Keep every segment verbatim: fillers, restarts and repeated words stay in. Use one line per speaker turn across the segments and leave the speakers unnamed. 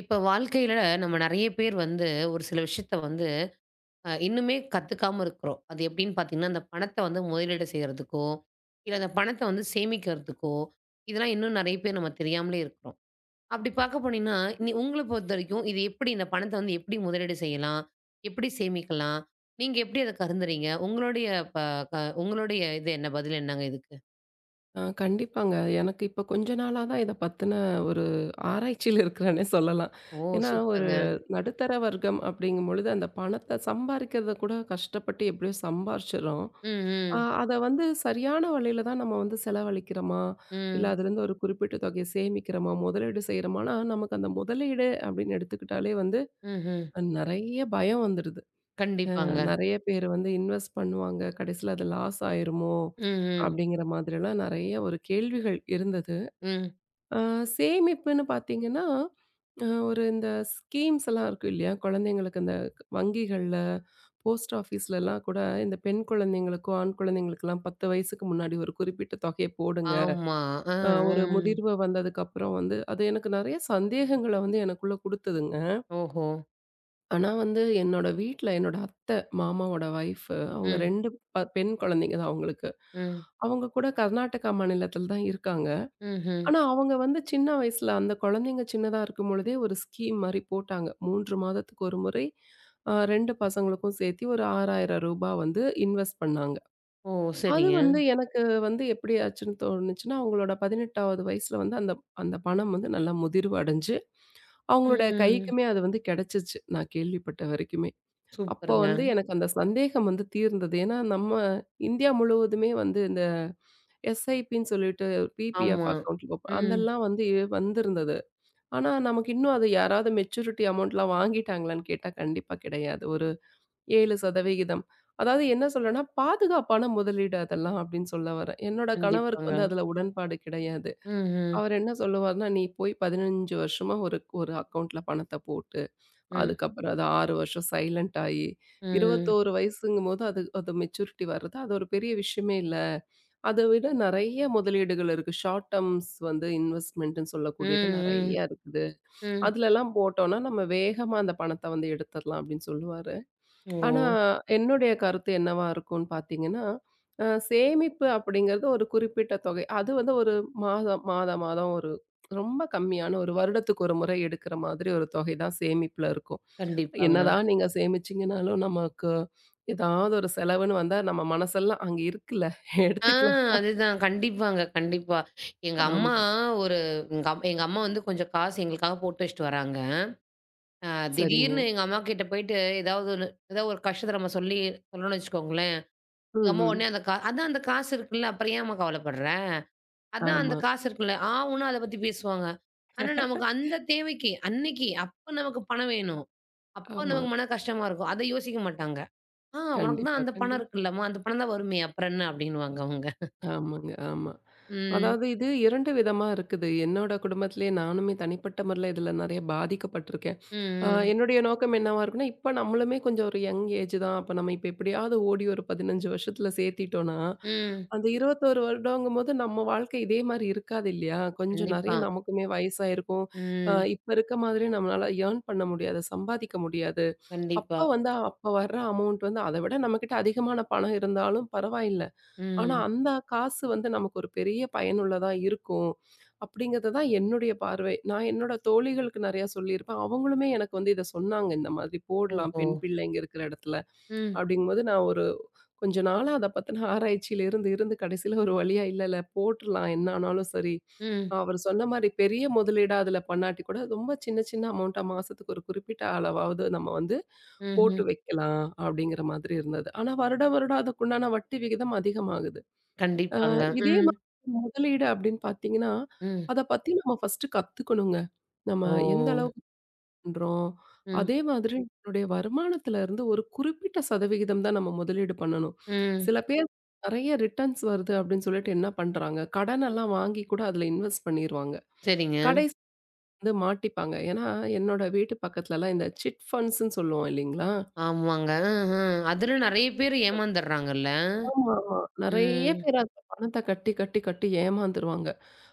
இப்ப வாழ்க்கையில நம்ம நெறைய பேர் வந்து ஒரு சில விஷயத்த வந்து அ இன்னுமே கத்துக்காம இருக்கிறோம். அது எப்படின்னு பார்த்தீங்கன்னா, அந்த பணத்த வந்து முதலீடு செய்றதுக்கோ, இல்ல அந்த பணத்த வந்து சேமிக்கிறதுக்கோ, இதெல்லாம் இன்னும் நெறைய பேர் நம்ம தெரியாமலே இருக்கிறோம். அப்படி பார்க்க போனீங்கன்னா, நீ உங்கள பொறுத்த வரைக்கும் இது எப்படி இந்த பணத்த வந்து எப்படி முதலீடு செய்யலாம்? எப்படி சேமிக்கலாம்? நீங்க எப்படி அத கருதுறீங்க? உங்களுடைய ப க உங்களுடைய இது என்ன பதில் என்னங்க இதுக்கு?
ஆ கண்டிப்பாங்க. எனக்கு இப்ப கொஞ்ச நாளா தான் இத பத்தின ஒரு ஆராய்ச்சியில இருக்கிறேன்னே சொல்லலாம்.
ஓ!
ஏன்னா, ஒரு
சூப்பர்ங்க.
நடுத்தர வர்க்கம் அப்படிங்கும்பொழுது, அந்த பணத்த சம்பாரிக்கிறத கூட கஷ்டப்பட்டு எப்படியோ சம்பாரிச்சுர்றோம்.
ம்,
ஆ
ம்,
அத வந்து சரியான வழியில தான் நம்ம வந்து செலவழிக்கிறோமா? இல்ல
ம்,
அதுலேருந்து ஒரு குறிப்பிட்ட தொகைய சேமிக்கிறோமா? முதலீடு செய்றோமான்னா, நமக்கு அந்த முதலீடு அப்படின்னு எடுத்துக்கிட்டாலே வந்து
ம்ஹ்ம்.
நெறைய பயம் வந்துடுது. அ
கண்டிப்பாங்க.
நெறைய பேர் வந்து இன்வெஸ்ட் பண்ணுவாங்க. கடைசில அது லாஸ் ஆயிருமோ?
ம், ம்,
அப்படிங்கிற மாதிரிலாம் நெறைய ஒரு கேள்விகள் இருந்தது.
ம்.
அ சேமிப்புன்னு பார்த்தீங்கன்னா, அ ஒரு இந்த ஸ்கீம்ஸ் எல்லாம் இருக்கும் இல்லையா? குழந்தைங்களுக்கு இந்த வங்கிகள்ல, போஸ்ட் ஆஃபீஸ்லலாம் கூட இந்த பெண் குழந்தைங்களுக்கும், ஆண் குழந்தைங்களுக்கெல்லாம் பத்து வயசுக்கு முன்னாடி ஒரு குறிப்பிட்ட தொகைய போடுங்க.
ஆமா. ஆ,
அ ஒரு
ம்.
முதிர்வு வந்ததுக்கப்புறம் வந்து அது எனக்கு நெறைய சந்தேகங்கள வந்து எனக்குள்ள குடுத்ததுங்க.
ஓஹோ!
ஆனா வந்து என்னோட வீட்ல என்னோட அத்தை, மாமாவோட ஒய்ஃப் அவங்க
ம்,
ரெண்டு ப பெண் குழந்தைங்க தான் அவங்களுக்கு.
ம்,
அவங்க கூட கர்நாடகா மாநிலத்தில தான் இருக்காங்க.
ம்ஹ்ம்.
ஆனா, அவங்க வந்து சின்ன வயசுல அந்த குழந்தைங்க சின்னதா இருக்கும் பொழுதே ஒரு ஸ்கீம் மாரி போட்டாங்க. மூன்று மாதத்துக்கு ஒரு முறை அ ரெண்டு பசங்களுக்கும் சேர்த்தி ஒரு ரூ. ஆறாயிரம் வந்து இன்வெஸ்ட் பண்ணாங்க.
ஓ!
அது
சரிங்க.
வந்து எனக்கு வந்து எப்படி ஆச்சுன்னு தோணுச்சுன்னா, அவங்களோட பதினெட்டாவது வயசுல வந்து அந்த அந்த பணம் வந்து நல்லா முதிர்வு அடைஞ்சு, அவங்களோட
ம்.
கைக்குமே அது வந்து கிடைச்சிச்சு. நான் கேள்விப்பட்ட வரைக்குமே. அப்போ
சூப்பருங்க.
வந்து எனக்கு அந்த சந்தேகம் வந்து தீர்ந்தது. ஏன்னா, நம்ம இந்தியா முழுவதுமே வந்து எஸ்ஐபின்னு சொல்லிட்டு பிபிஎஃப்
ஆமா.
அக்கவுண்ட் ஓப்பன்
ம்.
அதெல்லாம் வந்து வந்திருந்தது. ஆனா, நமக்கு இன்னும் அது யாராவது மெச்சூரிட்டி அமௌண்ட்லாம் வாங்கிட்டாங்களான்னு கேட்டா கண்டிப்பா கிடையாது. ஒரு ஏழு சதவீதம் அதாவது என்ன சொல்றேன்னா, பாதுகாப்பான முதலீடு அதெல்லாம் அப்படின்னு சொல்ல வரேன். என்னோட கணவருக்கு
கண்டிப்பாங்க.
வந்து அதில உடன்பாடு கிடையாது.
ம்ஹ்ம்.
அவர் என்ன சொல்லுவாருன்னா, "நீ போய் பதினைஞ்சு வருஷமா ஒரு ஒரு அக்கவுண்ட்ல பணத்த போட்டு,
ம்,
அதுக்கப்புறம் அது ஆறு வருஷம் சைலண்ட் ஆயி,
ம்,
இருபத்தொன்று வயசுங்கும்போது அது அது மெச்சூரிட்டி வர்றது அது ஒரு பெரிய விஷயமே இல்ல." அத விட நெறைய முதலீடுகள் இருக்கு. ஷார்ட் டெர்ம்ஸ் வந்து இன்வெஸ்ட்மென்ட்ன்னு சொல்லக்கூடியது
ம்,
நெறைய இருக்குது.
ம், ம்.
அதுலலாம் போட்டோம்னா, நம்ம வேகமா அந்த பணத்த வந்து எடுத்துரலாம் அப்படின்னு சொல்லுவாரு.
ஓ!
ஆனா, என்னுடைய கருத்து என்னவா இருக்கும்ன்னு பார்த்தீங்கன்னா, அ சேமிப்பு அப்படிங்கிறது ஒரு குறிப்பிட்ட தொகை. அது வந்து ஒரு மாதம் மாதா மாதம் ஒரு ரொம்ப கம்மியான ஒரு வருடத்துக்கு ஒரு முறை எடுக்கிற மாதிரி ஒரு தொகை தான் சேமிப்புல இருக்கும்.
கண்டிப்பாங்க.
என்னதான் நீங்க சேமிச்சீங்கனாலும் நமக்கு ஏதாவது ஒரு செலவுன்னு வந்தா, நம்ம மனசெல்லாம் அங்க இருக்குல்ல
ஆ,
எடுத்துக்கலாம்.
அதுதான். கண்டிப்பாங்க, கண்டிப்பா. எங்க
ஆமா.
அம்மா ஒரு எங்க அம் எங்க அம்மா வந்து கொஞ்சம் காசு எங்களுக்காக போட்டு வச்சுட்டு வராங்க. அ
சரிங்க.
திடீர்னு எங்க அம்மா கிட்ட போயிட்டு ஏதாவது ஒண்ணு ஏதாவது ஒரு கஷ்டத்த நம்ம சொல்லி சொல்லணும்னு வச்சுக்கோங்களேன், நம்ம
ம்ஹ்ம்.
உடனே அந்த கா அதான் அந்த காசு இருக்குல்ல, அப்புறம் ஏம்மா கவலைப்படுற? அதான் அந்த
ஆமா,
காசு இருக்குல்ல, ஆவுன்னா அத பத்தி பேசுவாங்க. ஆனா, நமக்கு அந்த தேவைக்கு, அன்னைக்கு, அப்ப நமக்கு பணம் வேணும். அப்ப
ஆமா.
நமக்கு மன கஷ்டமா இருக்கும். அத யோசிக்க மாட்டாங்க. "ஆ, உனக்கு தான்
கண்டிப்பா,
அந்த பணம்
கண்டிப்பா.
இருக்குல்லம்மா, அந்த பணம் தான் வருமே, அப்புறம் என்ன?" அப்படின்னுவாங்க அவங்க.
ஆமாங்க, ஆமா.
ம்.
அதாவது இது இரண்டு விதமா இருக்குது. என்னோட குடும்பத்திலேயே நானுமே தனிப்பட்ட முறையில இதில நெறைய பாதிக்கப்பட்டுருக்கேன்.
ம்.
அ
ம்.
என்னுடைய நோக்கம் என்னவா இருக்குன்னா, இப்ப நம்மளுமே கொஞ்சம் ஒரு யங் ஏஜ் தான். அப்ப நம்ம இப்ப எப்படியாவது ஓடி ஒரு பதினைஞ்சு வருஷத்தில சேர்த்திட்டோம்னா,
ம்.
அந்த இருபத்தொன்று வருடங்கும்போது நம்ம வாழ்க்கை இதே மாரி இருக்காது இல்லையா? கொஞ்சம் நெறைய
கண்டிப்பா.
நமக்குமே வயசாயிருக்கும். அ
ம்.
இப்ப இருக்க மாதிரி நம்மளால ஏர்ன் பண்ண முடியாது, சம்பாதிக்க முடியாது.
கண்டிப்பா.
அப்ப வந்து அப்ப வர்ற அமௌண்ட் வந்து அத விட நம்மகிட்ட அதிகமான பணம் இருந்தாலும் பரவாயில்ல. ஆனா
ம்.
அந்த காசு வந்து நமக்கு ஒரு பெரிய பயனுள்ளதா இருக்கும். அப்படிங்கிறது தான் என்னுடைய பார்வை. நான் என்னோட தோழிகளுக்கு நெறையா சொல்லியிருப்பேன். அவங்களுமே எனக்கு வந்து இத சொன்னாங்க. இந்த மாதிரி போடலாம்
ஓஹோ!
பெண் பிள்ளைங்க இருக்கிற இடத்துல.
ம்.
அப்படிங்கும்போது நான் ஒரு கொஞ்ச நாளா அத பத்தின ஆராய்ச்சியில இருந்து இருந்து கடைசியில ஒரு வழியா இல்ல இல்ல போட்டுறலாம் என்ன ஆனாலும் சரி.
ம்.
அவர் சொன்ன மாரி பெரிய முதலீடா அதுல பண்ணாட்டி கூட ரொம்ப சின்ன சின்ன அமௌண்ட்டா மாசத்துக்கு ஒரு குறிப்பிட்ட அளவாவது நம்ம வந்து
ம்ஹ்ம்.
போட்டு வைக்கலாம் அப்படிங்கிற மாதிரி இருந்தது. ஆனா வருட வருடம் அதுக்குண்டான வட்டி விகிதம் அதிகமாகுது. அ
கண்டிப்பாங்க.
இதே
ம்.
மாதிரி முதலீடு அப்படின்னு பார்த்தீங்கன்னா,
ம்.
அத பத்தி நம்ம ஃபர்ஸ்ட்டு கத்துக்கணுங்க. நம்ம
ஓ!
எந்த அளவுக்கு பண்றோம்?
ம்.
அதே மாதிரி நம்மளுடைய வருமானத்துல இருந்து ஒரு குறிப்பிட்ட சதவிகிதம் தான் நம்ம முதலீடு பண்ணணும்.
ம்.
சில பேர் நெறைய ரிட்டர்ன்ஸ் வருது அப்படின்னு சொல்லிட்டு என்ன பண்றாங்க? கடனெல்லாம் வாங்கி கூட அதுல இன்வெஸ்ட் பண்ணிருவாங்க.
சரிங்க.
கடைசில வந்து மாட்டிப்பாங்க. ஏன்னா, என்னோட வீட்டு பக்கத்துலலாம் இந்த சிட் ஃபண்ட்ஸ்ன்னு சொல்லுவோம் இல்லைங்களா?
ஆமாங்க. அஹ. அதுல நெறைய பேர் ஏமாந்துர்றாங்கல்ல.
ஆமா, ஆமா. நெறைய
ம்.
பேர் அந்த பணத்த கட்டி, கட்டி, கட்டி ஏமாந்துருவாங்க.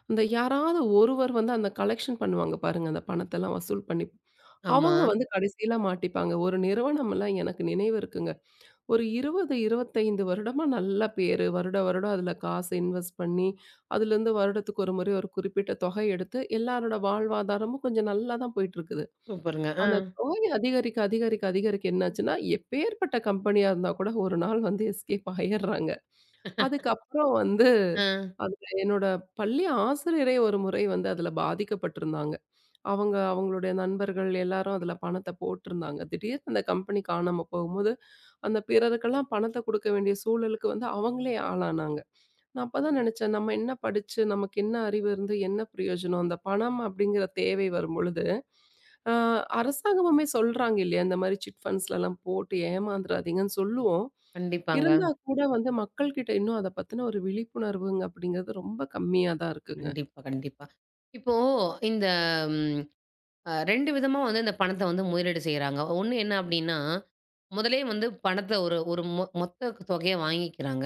அந்த யாராவது ஒருவர் வந்து அந்த கலெக்ஷன் பண்ணுவாங்க பாருங்க, அந்த பணத்தெல்லாம் வசூல் பண்ணி.
ஆமா.
அவங்க வந்து கடைசியில மாட்டிப்பாங்க. ஒரு நிறுவனம்லாம் எனக்கு நினைவு இருக்குங்க. ஒரு இருபது, இருபத்தி ஐந்து வருடமா நல்ல பேரு. வருட வருடம் அதுல காசு இன்வெஸ்ட் பண்ணி, அதுலேருந்து வருடத்துக்கு ஒரு முறை ஒரு குறிப்பிட்ட தொகை எடுத்து, எல்லாரோட வாழ்வாதாரமும் கொஞ்சம் நல்லா தான் போயிட்டுருக்குது.
சூப்பருங்க. அ.
அந்த தொகை அதிகரிக்க, அதிகரிக்க, அதிகரிக்க என்னாச்சுன்னா, எப்பேர்ப்பட்ட கம்பெனியா இருந்தா கூட ஒரு நாள் வந்து எஸ்கேப் ஆயிர்றாங்க. அதுக்கப்புறம் வந்து
அ.
அதுல என்னோட பள்ளி ஆசிரியரே ஒரு முறை வந்து அதுல பாதிக்கப்பட்டிருந்தாங்க. அவங்க அவங்களுடைய நண்பர்கள் எல்லாரும் அதுல பணத்த போட்டிருந்தாங்க. திடீர்னு அந்த கம்பெனி காணாம போகும்போது, அந்த பிறருக்கெல்லாம் பணத்த குடுக்க வேண்டிய சூழலுக்கு வந்து அவங்களே ஆளானாங்க. நான் அப்பதான் நினைச்சேன், நம்ம என்ன படிச்சு, நமக்கு என்ன அறிவு இருந்து என்ன பிரயோஜனம்? அந்த பணம் அப்படிங்கிற தேவை வரும்பொழுது, அ அரசாங்கமுமே சொல்றாங்க இல்லையா? இந்த மாரி சிட் ஃபண்ட்ஸ்லலாம் போட்டு ஏமாந்துறாதீங்கன்னு சொல்லுவோம்.
கண்டிப்பாங்க.
இருந்தா கூட வந்து மக்கள்கிட்ட இன்னும் அத பத்தின ஒரு விழிப்புணர்வுங்க அப்படிங்கிறது ரொம்ப கம்மியா தான் இருக்குங்க.
கண்டிப்பா, கண்டிப்பா. இப்போ இந்த ம் அ ரெண்டு விதமா வந்து இந்த பணத்த வந்து முதலீடு செய்றாங்க. ஒண்ணு என்ன அப்டின்னா, முதலே வந்து பணத்த ஒரு ஒரு மொ மொத்த தொகைய வாங்கிக்கிறாங்க.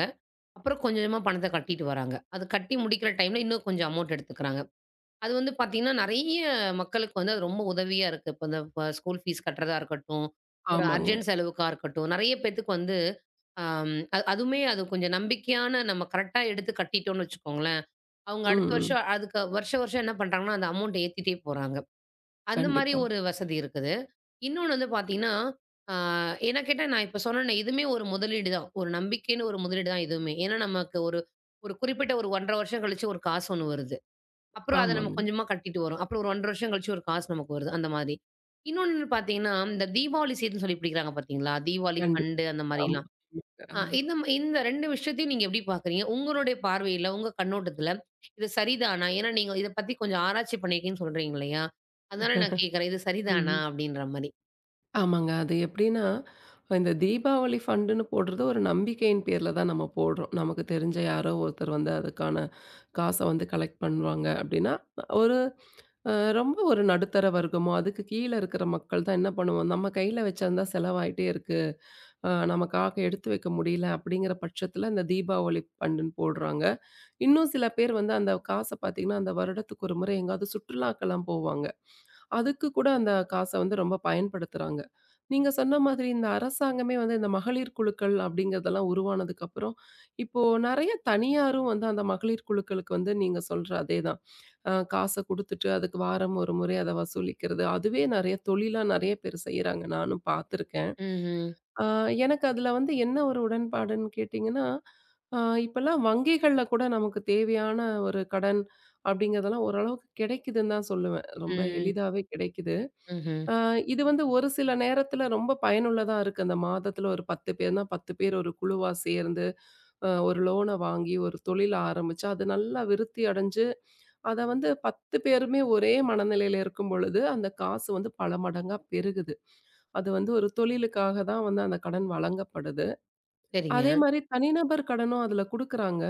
அப்புறம் கொஞ்சம் கொஞ்சமா பணத்த கட்டிட்டு வராங்க. அது கட்டி முடிக்கிற டைம்ல இன்னும் கொஞ்சம் அமௌண்ட் எடுத்துக்கிறாங்க. அது வந்து பார்த்தீங்கன்னா, நெறைய மக்களுக்கு வந்து அது ரொம்ப உதவியா இருக்கு. இப்ப இந்த ப ஸ்கூல் ஃபீஸ் கட்டுறதா இருக்கட்டும், ஒரு
ஆமாங்க.
அர்ஜென்ட் செலவுக்கா இருக்கட்டும், நெறைய பேத்துக்கு வந்து அம் அ அதுவுமே அது கொஞ்சம் நம்பிக்கையான நம்ம கரெக்ட்டா எடுத்து கட்டிட்டோம்னு வச்சுக்கோங்களேன், அவங்க
ம்,
அடுத்த
ம்.
வருஷம் அதுக்கு வருஷம் வருஷம் என்ன பண்றாங்கன்னா, அந்த அமௌண்ட் ஏத்திட்டே போறாங்க. அந்த மாரி
கண்டிப்பா.
ஒரு வசதி இருக்குது. இன்னொன்னு வந்து பார்த்தீங்கன்னா, ஆ, என்ன கேட்டா நான் இப்ப சொன்னேனே, இதுவுமே ஒரு முதலீடு தான். ஒரு நம்பிக்கைன்னு ஒரு முதலீடு தான் இதுவுமே. ஏன்னா, நமக்கு ஒரு ஒரு குறிப்பிட்ட ஒரு ஒன்றரை வருஷம் கழிச்சு ஒரு காசு ஒண்ணு வருது. அப்புறம் அத நம்ம
ஆமாங்க.
கொஞ்சமா கட்டிட்டு வரோம். அப்புறம் ஒரு ஒன்னரை வருஷம் கழிச்சு ஒரு காசு நமக்கு வருது. அந்த மாதிரி. இன்னொன்னு பார்த்தீங்கன்னா, இந்த தீபாவளி சீட்டுன்னு சொல்லி பிடிக்கிறாங்க பார்த்தீங்களா? தீபாவளி
கண்டிப்பா.
ஃபண்டு அந்த
ஆமா.
மாரிலாம். அ
ஆமாங்க.
இந்த ம இந்த ரெண்டு விஷயத்தையும் நீங்க எப்படி பார்க்குறீங்க? உங்களுடைய பார்வையில, உங்க கண்ணோட்டத்துல இது சரிதானா? ஏன்னா நீங்க இத பத்தி கொஞ்சம் ஆராய்ச்சி பண்ணியிருக்கீங்கன்னு சொல்றீங்க இல்லையா? அதனால நான்
ஆமா.
கேட்கிறேன். இது சரிதானா?
ம்.
அப்படின்ற மாரி.
ஆமாங்க. அது எப்படின்னா, இந்த தீபாவளி ஃபண்டுன்னு போடுறது ஒரு நம்பிக்கையின் பேர்ல தான் நம்ம போடுறோம். நமக்கு தெரிஞ்ச யாரோ ஒருத்தர் வந்து அதுக்கான காச வந்து கலெக்ட் பண்ணுவாங்க அப்படின்னா, ஒரு அ ரொம்ப ஒரு நடுத்தர வர்க்கமோ, அதுக்கு கீழ இருக்கிற மக்கள் தான் என்ன பண்ணுவோம், நம்ம கையில வச்சிருந்தா செலவாயிட்டே இருக்கு. அ நமக்காக எடுத்து வைக்க முடியல அப்படிங்கிற பட்சத்தில இந்த தீபாவளி ஃபண்டுன்னு போடுறாங்க. இன்னும் சில பேர் வந்து அந்த காச பார்த்தீங்கன்னா, அந்த வருடத்துக்கு ஒரு முறை எங்காவது சுற்றுலாக்கெல்லாம் போவாங்க. அதுக்கு கூட அந்த காச வந்து ரொம்ப பயன்படுத்துறாங்க. நீங்க சொன்ன மாதிரி இந்த அரசாங்கமே வந்து இந்த மகளிர் குழுக்கள் அப்படிங்கிறதெல்லாம் உருவானதுக்கு அப்புறம், இப்போ நெறைய தனியாரும் வந்து அந்த மகளிர் குழுக்களுக்கு வந்து நீங்க சொல்ற அதேதான். அ காச குடுத்துட்டு அதுக்கு வாரம் ஒரு முறை அத வசூலிக்கிறது. அதுவே நெறைய தொழிலா நெறைய பேர் செய்யறாங்க. நானும் பார்த்துருக்கேன்.
ம்ஹ்ம்.
ஆ எனக்கு அதுல வந்து என்ன ஒரு உடன்பாடுன்னு கேட்டீங்கன்னா, அ இப்பல்லாம் வங்கிகள்ல கூட நமக்கு தேவையான ஒரு கடன் அப்படிங்கிறதெல்லாம் ஓரளவுக்கு கிடைக்குதுன்னு தான் சொல்லுவேன். ரொம்ப
ம்.
எளிதாவே கிடைக்குது.
ம்ஹ்ம்.
அ இது வந்து ஒரு சில நேரத்தில ரொம்ப பயனுள்ளதா இருக்கு. அந்த மாதத்தில ஒரு பத்து பேர்னா பத்து பேர் ஒரு குழுவா சேர்ந்து அ ஒரு லோன வாங்கி ஒரு தொழில் ஆரம்பிச்சு, அது நல்லா விருத்தி அடைஞ்சு, அத வந்து பத்து பேருமே ஒரே மனநிலையில இருக்கும் பொழுது, அந்த காசு வந்து பல மடங்கா பெருகுது. அது வந்து ஒரு தொழிலுக்காக தான் வந்து அந்த கடன் வழங்கப்படுது.
சரிங்க.
அதே மாரி தனிநபர் கடனும் அதுல குடுக்குறாங்க.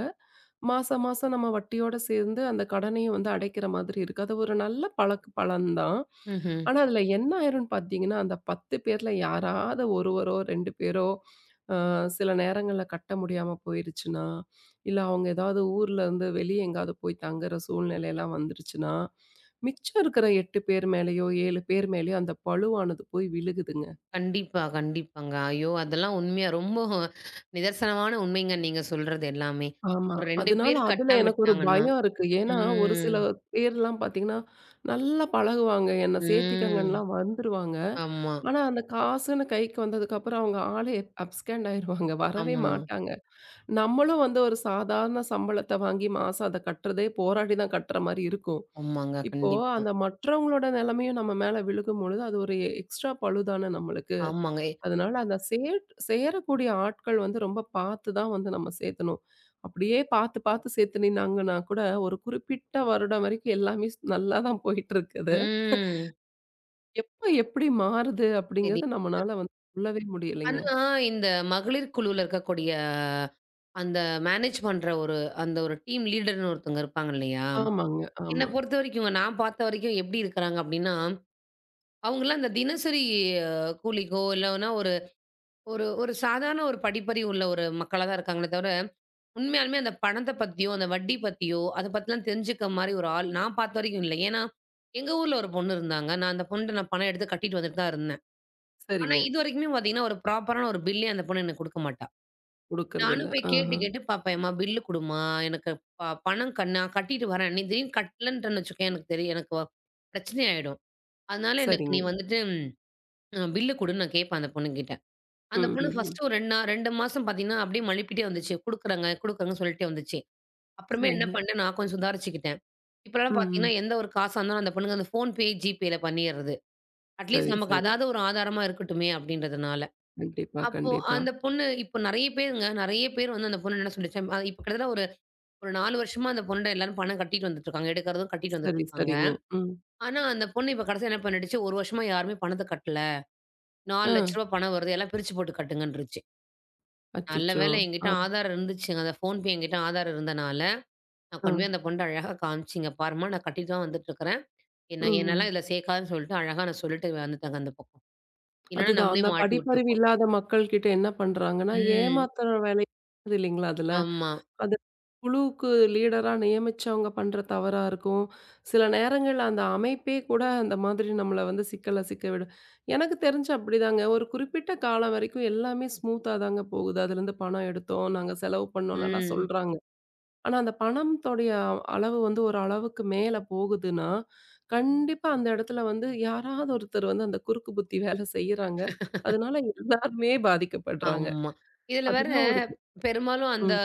மாசம் மாசம் நம்ம வட்டியோட சேர்ந்து அந்த கடனையும் வந்து அடைக்கிற மாதிரி இருக்கு. அது ஒரு நல்ல பழக்க பலன்தான்.
ம்ஹ்ம்.
ஆனா, அதுல என்ன ஆயிரும்ன்னு பார்த்தீங்கன்னா, அந்த பத்து பேர்ல யாராவது ஒருவரோ, ரெண்டு பேரோ அ சில நேரங்கள்ல கட்ட முடியாம போயிருச்சுன்னா, இல்ல அவங்க ஏதாவது ஊர்ல இருந்து வெளிய எங்கேயாவது போய் தங்குற சூழ்நிலைலாம் வந்துருச்சுன்னா, மிச்சம் இருக்கிற எட்டு பேர் மேலயோ, ஏழு பேர் மேலயோ அந்த பழுவானது போய் விழுகுதுங்க.
கண்டிப்பா, கண்டிப்பாங்க. ஐயோ! அதெல்லாம் உண்மையா ரொம்ப நிதர்சனமான உண்மைங்க நீங்க சொல்றது எல்லாமே.
ஆமா.
ஒரு ரெண்டு
அதனால
பேர்
அதுல எனக்கு ஒரு
கட்டாமிட்டாங்கன்னா
பயம் இருக்கு. ஏன்னா, ஒரு சில
ம்,
பேர்லாம் பார்த்தீங்கன்னா, நல்லா பழகுவாங்க. என்ன
ம்.
சேர்த்திக்கங்கன்னுலாம் வந்துருவாங்க.
ஆமா,
ஆனா, அந்த காசுன்னு கைக்கு வந்ததுக்கப்புறம் அவங்க ஆளே அப்ஸ்கெண்ட் ஆயிருவாங்க. வரவே
ஆமா,
மாட்டாங்க. நம்மளும் வந்து ஒரு சாதாரண சம்பளத்த வாங்கி மாசம் அத கட்டுறதே போராடி தான் கட்டுற மாரி இருக்கும்.
ஆமாங்க.
இப்போ
கண்டிப்பா.
அந்த மற்றவங்களோட நிலைமையும் நம்ம மேல விழுகும் பொழுது, அது ஒரு எக்ஸ்ட்ரா பழுதான நம்மளுக்கு.
ஆமாங்க.
அதனால அந்த சேட் சேரக்கூடிய ஆட்கள் வந்து ரொம்ப பார்த்து தான் வந்து நம்ம சேர்த்தணும். அப்படியே பார்த்து பார்த்து சேர்த்துனினாங்கன்னா கூட ஒரு குறிப்பிட்ட வருடம் வரைக்கும் எல்லாமே ஸ் நல்லா தான் போயிட்டுருக்குது.
ம்.
எப்ப எப்படி மாறுது
சரி.
அப்படிங்கிறத நம்மனால வந்து சொல்லவே முடியலைங்க.
ஆனா, இந்த மகளிர் குழுவுல இருக்கக்கூடிய அந்த மேனேஜ் பண்ற ஒரு அந்த ஒரு டீம் லீடர்ன்னு ஒருத்தவங்க இருப்பாங்க இல்லையா?
ஆமாங்க,
என்ன
ஆமா.
பொறுத்தவரைக்குங்க நான் பார்த்த வரைக்கும் எப்படி இருக்கிறாங்க அப்படின்னா, அவங்கலாம் அந்த தினசரி அஹ், கூலிக்கோ இல்லன்னா ஒரு ஒரு சாதாரண ஒரு படிப்பறிவு உள்ள ஒரு மக்களா தான் இருக்காங்களே தவிர, உண்மையாலுமே அந்த பணத்த பத்தியோ, அந்த வட்டி பத்தியோ, அத பத்திலாம் தெரிஞ்சுக்க மாரி ஒரு ஆள் நான் பார்த்த வரைக்கும் இல்ல. ஏன்னா, எங்க ஊர்ல ஒரு பொண்ணு இருந்தாங்க. நான் அந்த பொண்ணுட்ட நான் பணம் எடுத்து கட்டிட்டு வந்துட்டு தான் இருந்தேன். ஆனா,
சரிங்க.
இதுவரைக்குமே பார்த்தீங்கன்னா, ஒரு ப்ராப்பரான ஒரு பில்லே அந்த பொண்ணு எனக்கு குடுக்க மாட்டா.
குடுக்கறதில்ல.
நானும் போய் கேட்டு
ஆஹா.
கேட்டு பார்ப்பேன். "எம்மா பில்லு குடும்மா. எனக்கு ப பணம் க நான் கட்டிட்டு வரேன். நீ திடீர்னு கட்டலன்ட்டன்னு வச்சுக்கோயேன், எனக்கு தெரியும் எனக்கு வ- பிரச்சனை ஆயிடும். அதனால எனக்கு நீ
சரிங்க.
வந்துட்டு அ பில்லு குடுன்னு" நான் கேட்பேன் அந்த பொண்ணுகிட்ட. அந்த
ம்,
பொண்ணு
ம், ம்.
ஃபர்ஸ்ட்டு ஒரு ரெண்டு நா ரெண்டு மாசம் பார்த்தீங்கன்னா, அப்படியே மழுப்பிட்டே வந்துச்சு. குடுக்குறேங்க, குடுக்குறேங்கன்னு சொல்லிட்டே வந்துச்சு. அப்புறமே என்ன
சரிங்க.
பண்ணேன், நான் கொஞ்சம் சுதாரிச்சுக்கிட்டேன். இப்பலாம்
ம், ம்.
பார்த்தீங்கன்னா, எந்த ஒரு காசா இருந்தாலும் அந்த பொண்ணுக்கு அந்த ஃபோன்பே, ஜிபேல பண்ணிர்றது. அட்லீஸ்ட்
சரி,
நமக்கு
சரி.
அதாவது ஒரு ஆதாரமா இருக்கட்டுமே அப்படின்றதுனால.
கண்டிப்பா,
அப்போ
கண்டிப்பா.
அந்த பொண்ணு இப்போ நெறைய பேருங்க, நெறைய பேர் வந்து அந்த பொண்ணு என்ன சொல்லுச்சு, அ இப்ப கிட்டத்தட்ட ஒரு ஒரு நாலு வருஷமா அந்த பொண்ணுட்ட எல்லாரும் பணம் கட்டிட்டு வந்துட்டுருக்காங்க. எடுக்கிறதும் கட்டிட்டு
சரி,
வந்துட்டுருக்காங்க.
சரிங்க. ம்.
ஆனா, அந்த பொண்ணு இப்ப கடைசியா என்ன பண்ணிடுச்சு, ஒரு வருஷமா யாருமே பணத்த கட்டல. ரூ.
ஆ.
நாலு லட்சம் பணம் வருது. எல்லாம் பிரிச்சு போட்டு கட்டுங்கன்ருச்சு. நல்ல
அச்சச்சோ!
வேளை
ஆ,
என்கிட்ட ஆதாரம் இருந்துச்சுங்க. அந்த ஃபோன்பே என்கிட்ட ஆதாரம் இருந்தனால, நான்
ஆ.
கொண்டு போய் அந்த பொண்ணுட்ட அழகா காமிச்சேங்க. பாரும்மா நான் கட்டிட்டு தான் வந்துட்டுருக்கிறேன்.
ம்,
என்ன என்னலாம்
ம்.
இதுல சேர்க்காதன்னு சொல்லிட்டு அழகா நான் சொல்லிட்டு வந்துட்டேங்க அந்த பக்கம். இல்லன்னா
அதுதான்.
நம்மளே
அந்த
மாட்டி
படிப்பறிவு
விட்டுருப்போம்.
இல்லாத மக்கள் கிட்ட என்ன பண்றாங்கன்னா,
ம்.
ஏமாத்துற வேலை இருக்குது இல்லைங்களா அதுல.
ஆமா.
அது குழுவுக்கு லீடரா நியமிச்சவங்க பண்ற தவறா இருக்கும். சில நேரங்கள்ல அந்த அமைப்பே கூட அந்த மாதிரி நம்மள வந்து சிக்கல்ல சிக்க விடும். எனக்கு தெரிஞ்சு அப்படிதாங்க. ஒரு குறிப்பிட்ட காலம் வரைக்கும் எல்லாமே ஸ்மூத்தா தாங்க போகுது. அதுலேருந்து பணம் எடுத்தோம், நாங்க செலவு பண்ணோம்னலாம்
ம்.
சொல்றாங்க. ஆனா, அந்த பணம்த்தோடைய அளவு வந்து ஒரு அளவுக்கு மேல போகுதுன்னா, கண்டிப்பா அந்த இடத்துல வந்து யாராவது ஒருத்தர் வந்து அந்த குறுக்கு புத்தி வேலை செய்யறாங்க. அதனால எல்லாருமே பாதிக்கப்படுறாங்க.
ஆமா. இதுல வேற
அதுதான் ஒரு பெ
பெரும்பாலும் அந்த
ம்.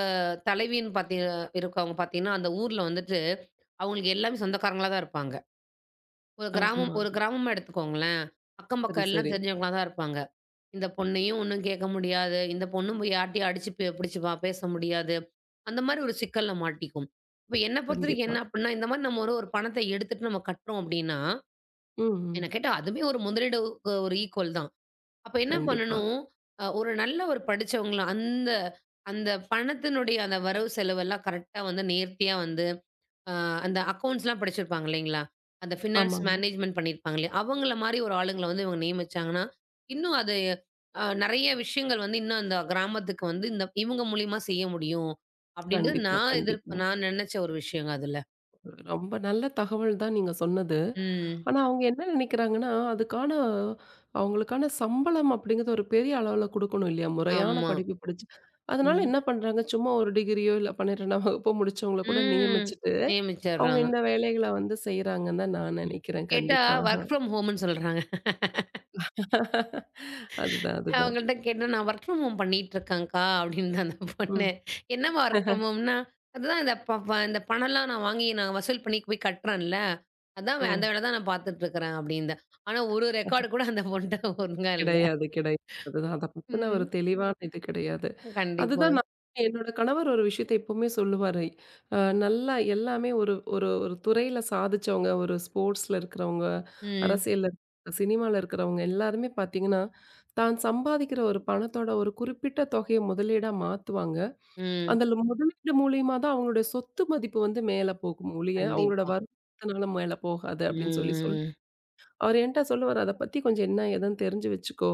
தலைவின்னு பாத்தீ இருக்கவங்க பாத்தீங்கன்னா, அந்த ஊர்ல வந்துட்டு அவங்களுக்கு எல்லாமே சொந்தக்காரங்களா தான் இருப்பாங்க. ஒரு கிராமம்
ஆமா.
ஒரு கிராமமா எடுத்துக்கோங்களேன். அக்கம்
சரி,
பக்கம் எல்லாம்
சரி.
தெரிஞ்சவங்களா தான் இருப்பாங்க. இந்த பொண்ணையும் ஒண்ணும் கேட்க முடியாது. இந்த பொண்ணும் போய் யார்ட்டயும் அடிச்சு பே புடிச்சு பா பேச முடியாது. அந்த மாரி ஒரு சிக்கல்ல மாட்டிக்கும். இப்ப என்ன பொறுத்தவரைக்கும்
கண்டிப்பா.
என்ன அப்டின்னா, இந்த மாரி நம்ம ஒரு ஒரு பணத்த எடுத்துட்டு நம்ம கட்டுறோம் அப்டின்னா,
ம், ம்.
என்ன கேட்டா அதுவுமே ஒரு முதலீடு க்கு ஒரு ஈக்குவல் தான். அப்ப என்ன
கண்டிப்பா.
பண்ணணும், அ ஒரு நல்ல ஒரு படிச்சவங்கள அந்த அந்த பணத்தினுடைய அந்த வரவு செலவெல்லாம் கரெக்ட்டா வந்து நேர்த்தியா வந்து அ அந்த அக்கவுண்ட்ஸ்லாம் படிச்சிருப்பாங்க இல்லைங்களா? அந்த ஃபினான்ஸ்
ஆமாங்க.
மேனேஜ்மென்ட் பண்ணியிருப்பாங்களே, அவங்கள மாரி ஒரு ஆளுங்கள வந்து இவங்க நியமிச்சாங்கன்னா, இன்னும் அது அ நெறைய விஷயங்கள் வந்து இன்னும் அந்த கிராமத்துக்கு வந்து இந்த இவங்க மூலியமா செய்ய முடியும். அப்படின்றது
கண்டிப்பா,
நான் எதிர்ப்
கண்டிப்பா.
நான் நெனச்ச ஒரு விஷயங்க அதுல.
ரொம்ப நல்ல தகவல் தான் நீங்க சொன்னது.
ம்.
ஆனா, அவங்க என்ன நினைக்கிறாங்கன்னா, அதுக்கான அவங்களுக்கான சம்பளம் அப்படிங்கிறது ஒரு பெரிய அளவுல குடுக்கணும் இல்லையா? முறையான
ஆமா.
படிப்பு படிச்சு. அதனால
ம்.
என்ன பண்றாங்க, சும்மா ஒரு டிகிரியோ இல்ல பன்னிரெண்டாம் வகுப்போ முடிச்சவங்கள கூட
ம்.
நியமிச்சுட்டு, அவங்க
நியமிச்சர்றாங்க.
இந்த வேலைகள வந்து செய்றாங்கன்னு தான் நான்
ம்.
நினைக்கிறேன்
கேட்டா
கண்டிப்பா.
வொர்க் ஃப்ரம் ஹோம்ன்னு சொல்றாங்க.
அதுதான், அதுதான்.
அவங்கள்ட்ட கேட்டேன், "நான் வொர்க் ஃப்ரம் ஹோம் பண்ணிட்டுருக்கேன்க்கா" அப்படின்னு அந்த பொண்ணு.
ம்.
"என்னம்மா வொர்க் ஃப்ரம் ஹோம்னா?" "அதுதான் இந்த ப ப இந்த பணம்லாம் நான் வாங்கி நான் வசூல் பண்ணி போய் கட்டுறேன்ல, அதான்
ஓ!
வே அந்த வேலை தான் நான் பார்த்துட்டுருக்குறேன்" அப்படின்து. ஆனா ஒரு ரெக்கார்டு கூட அந்த பொண்ணுட்ட ஒழுங்கா இல்ல.
கிடையாது, கிடையாது. அதுதான். அத பத்தின ஒரு
ம்.
தெளிவான இது கிடையாது. அதுதான்
கண்டிப்பாங்க.
நான் என்னோட கணவர் ஒரு விஷயத்த எப்பவுமே சொல்லுவாரு. அ நல்லா எல்லாமே ஒரு ஒரு ஒரு துறையில சாதிச்சவங்க, ஒரு ஸ்போர்ட்ஸ்ல இருக்கிறவங்க,
ம்.
அரசியல்ல இருக்கறவங்க, சினிமால இருக்கிறவங்க எல்லாருமே பார்த்தீங்கன்னா, தான் சம்பாதிக்கிற ஒரு பணத்தோட ஒரு குறிப்பிட்ட தொகைய முதலீடா மாத்துவாங்க.
ம்.
அதுல முதலீடு மூலியமா தான் அவங்களுடைய சொத்து மதிப்பு வந்து மேல போகும் ஒழிய, அவங்களோட
கண்டிப்பா.
வருமானத்தினால மேல போகாது அப்படின்னு சொல்லி சொல்
ம்.
அவரு என்ட்ட சொல்லுவாரு, "அத பத்தி கொஞ்சம் என்ன ஏதுன்னு தெரிஞ்சு வச்சுக்கோ.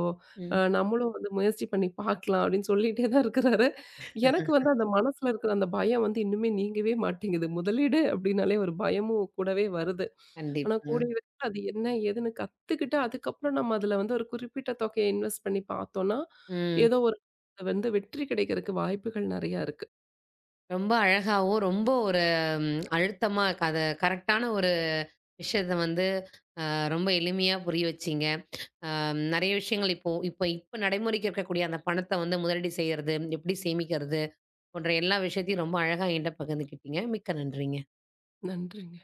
அ
ம்.
நம்மளும் வந்து முயற்சி பண்ணி பார்க்கலாம்." அப்படின்னு சொல்லிட்டே தான் இருக்கிறாரு. எனக்கு வந்து அந்த மனசுல இருக்கிற அந்த பயம் வந்து இன்னுமே நீங்கவே மாட்டேங்குது. முதலீடு அப்படின்னாலே ஒரு பயமும் கூடவே வருது. ஆனா
கண்டிப்பாங்க.
கூடிய விரைவில அது என்ன ஏதுன்னு கத்துக்கிட்டு, அதுக்கப்புறம் நம்ம அதுல வந்து ஒரு குறிப்பிட்ட தொகையை இன்வெஸ்ட் பண்ணி பார்த்தோம்னா,
ம்.
ஏதோ ஒரு வந்து வெற்றி கிடைக்கிறதுக்கு வாய்ப்புகள் நெறையா இருக்கு.
ரொம்ப அழகாவும், ரொம்ப ஒரு ம் அழுத்தமா க அத கரெக்ட்டான ஒரு விஷயத்த வந்து அ ரொம்ப எளிமையா புரிய வச்சீங்க. அம், நெறைய விஷயங்கள் இப்போ இப்போ இப்ப நடைமுறைக்கு இருக்கக்கூடிய அந்த பணத்த வந்து முதலீடு செய்யறது, எப்படி சேமிக்கிறது போன்ற எல்லா விஷயத்தையும் ரொம்ப அழகா என்கிட்ட பகிர்ந்துக்கிட்டீங்க. மிக்க நன்றிங்க.
நன்றிங்க.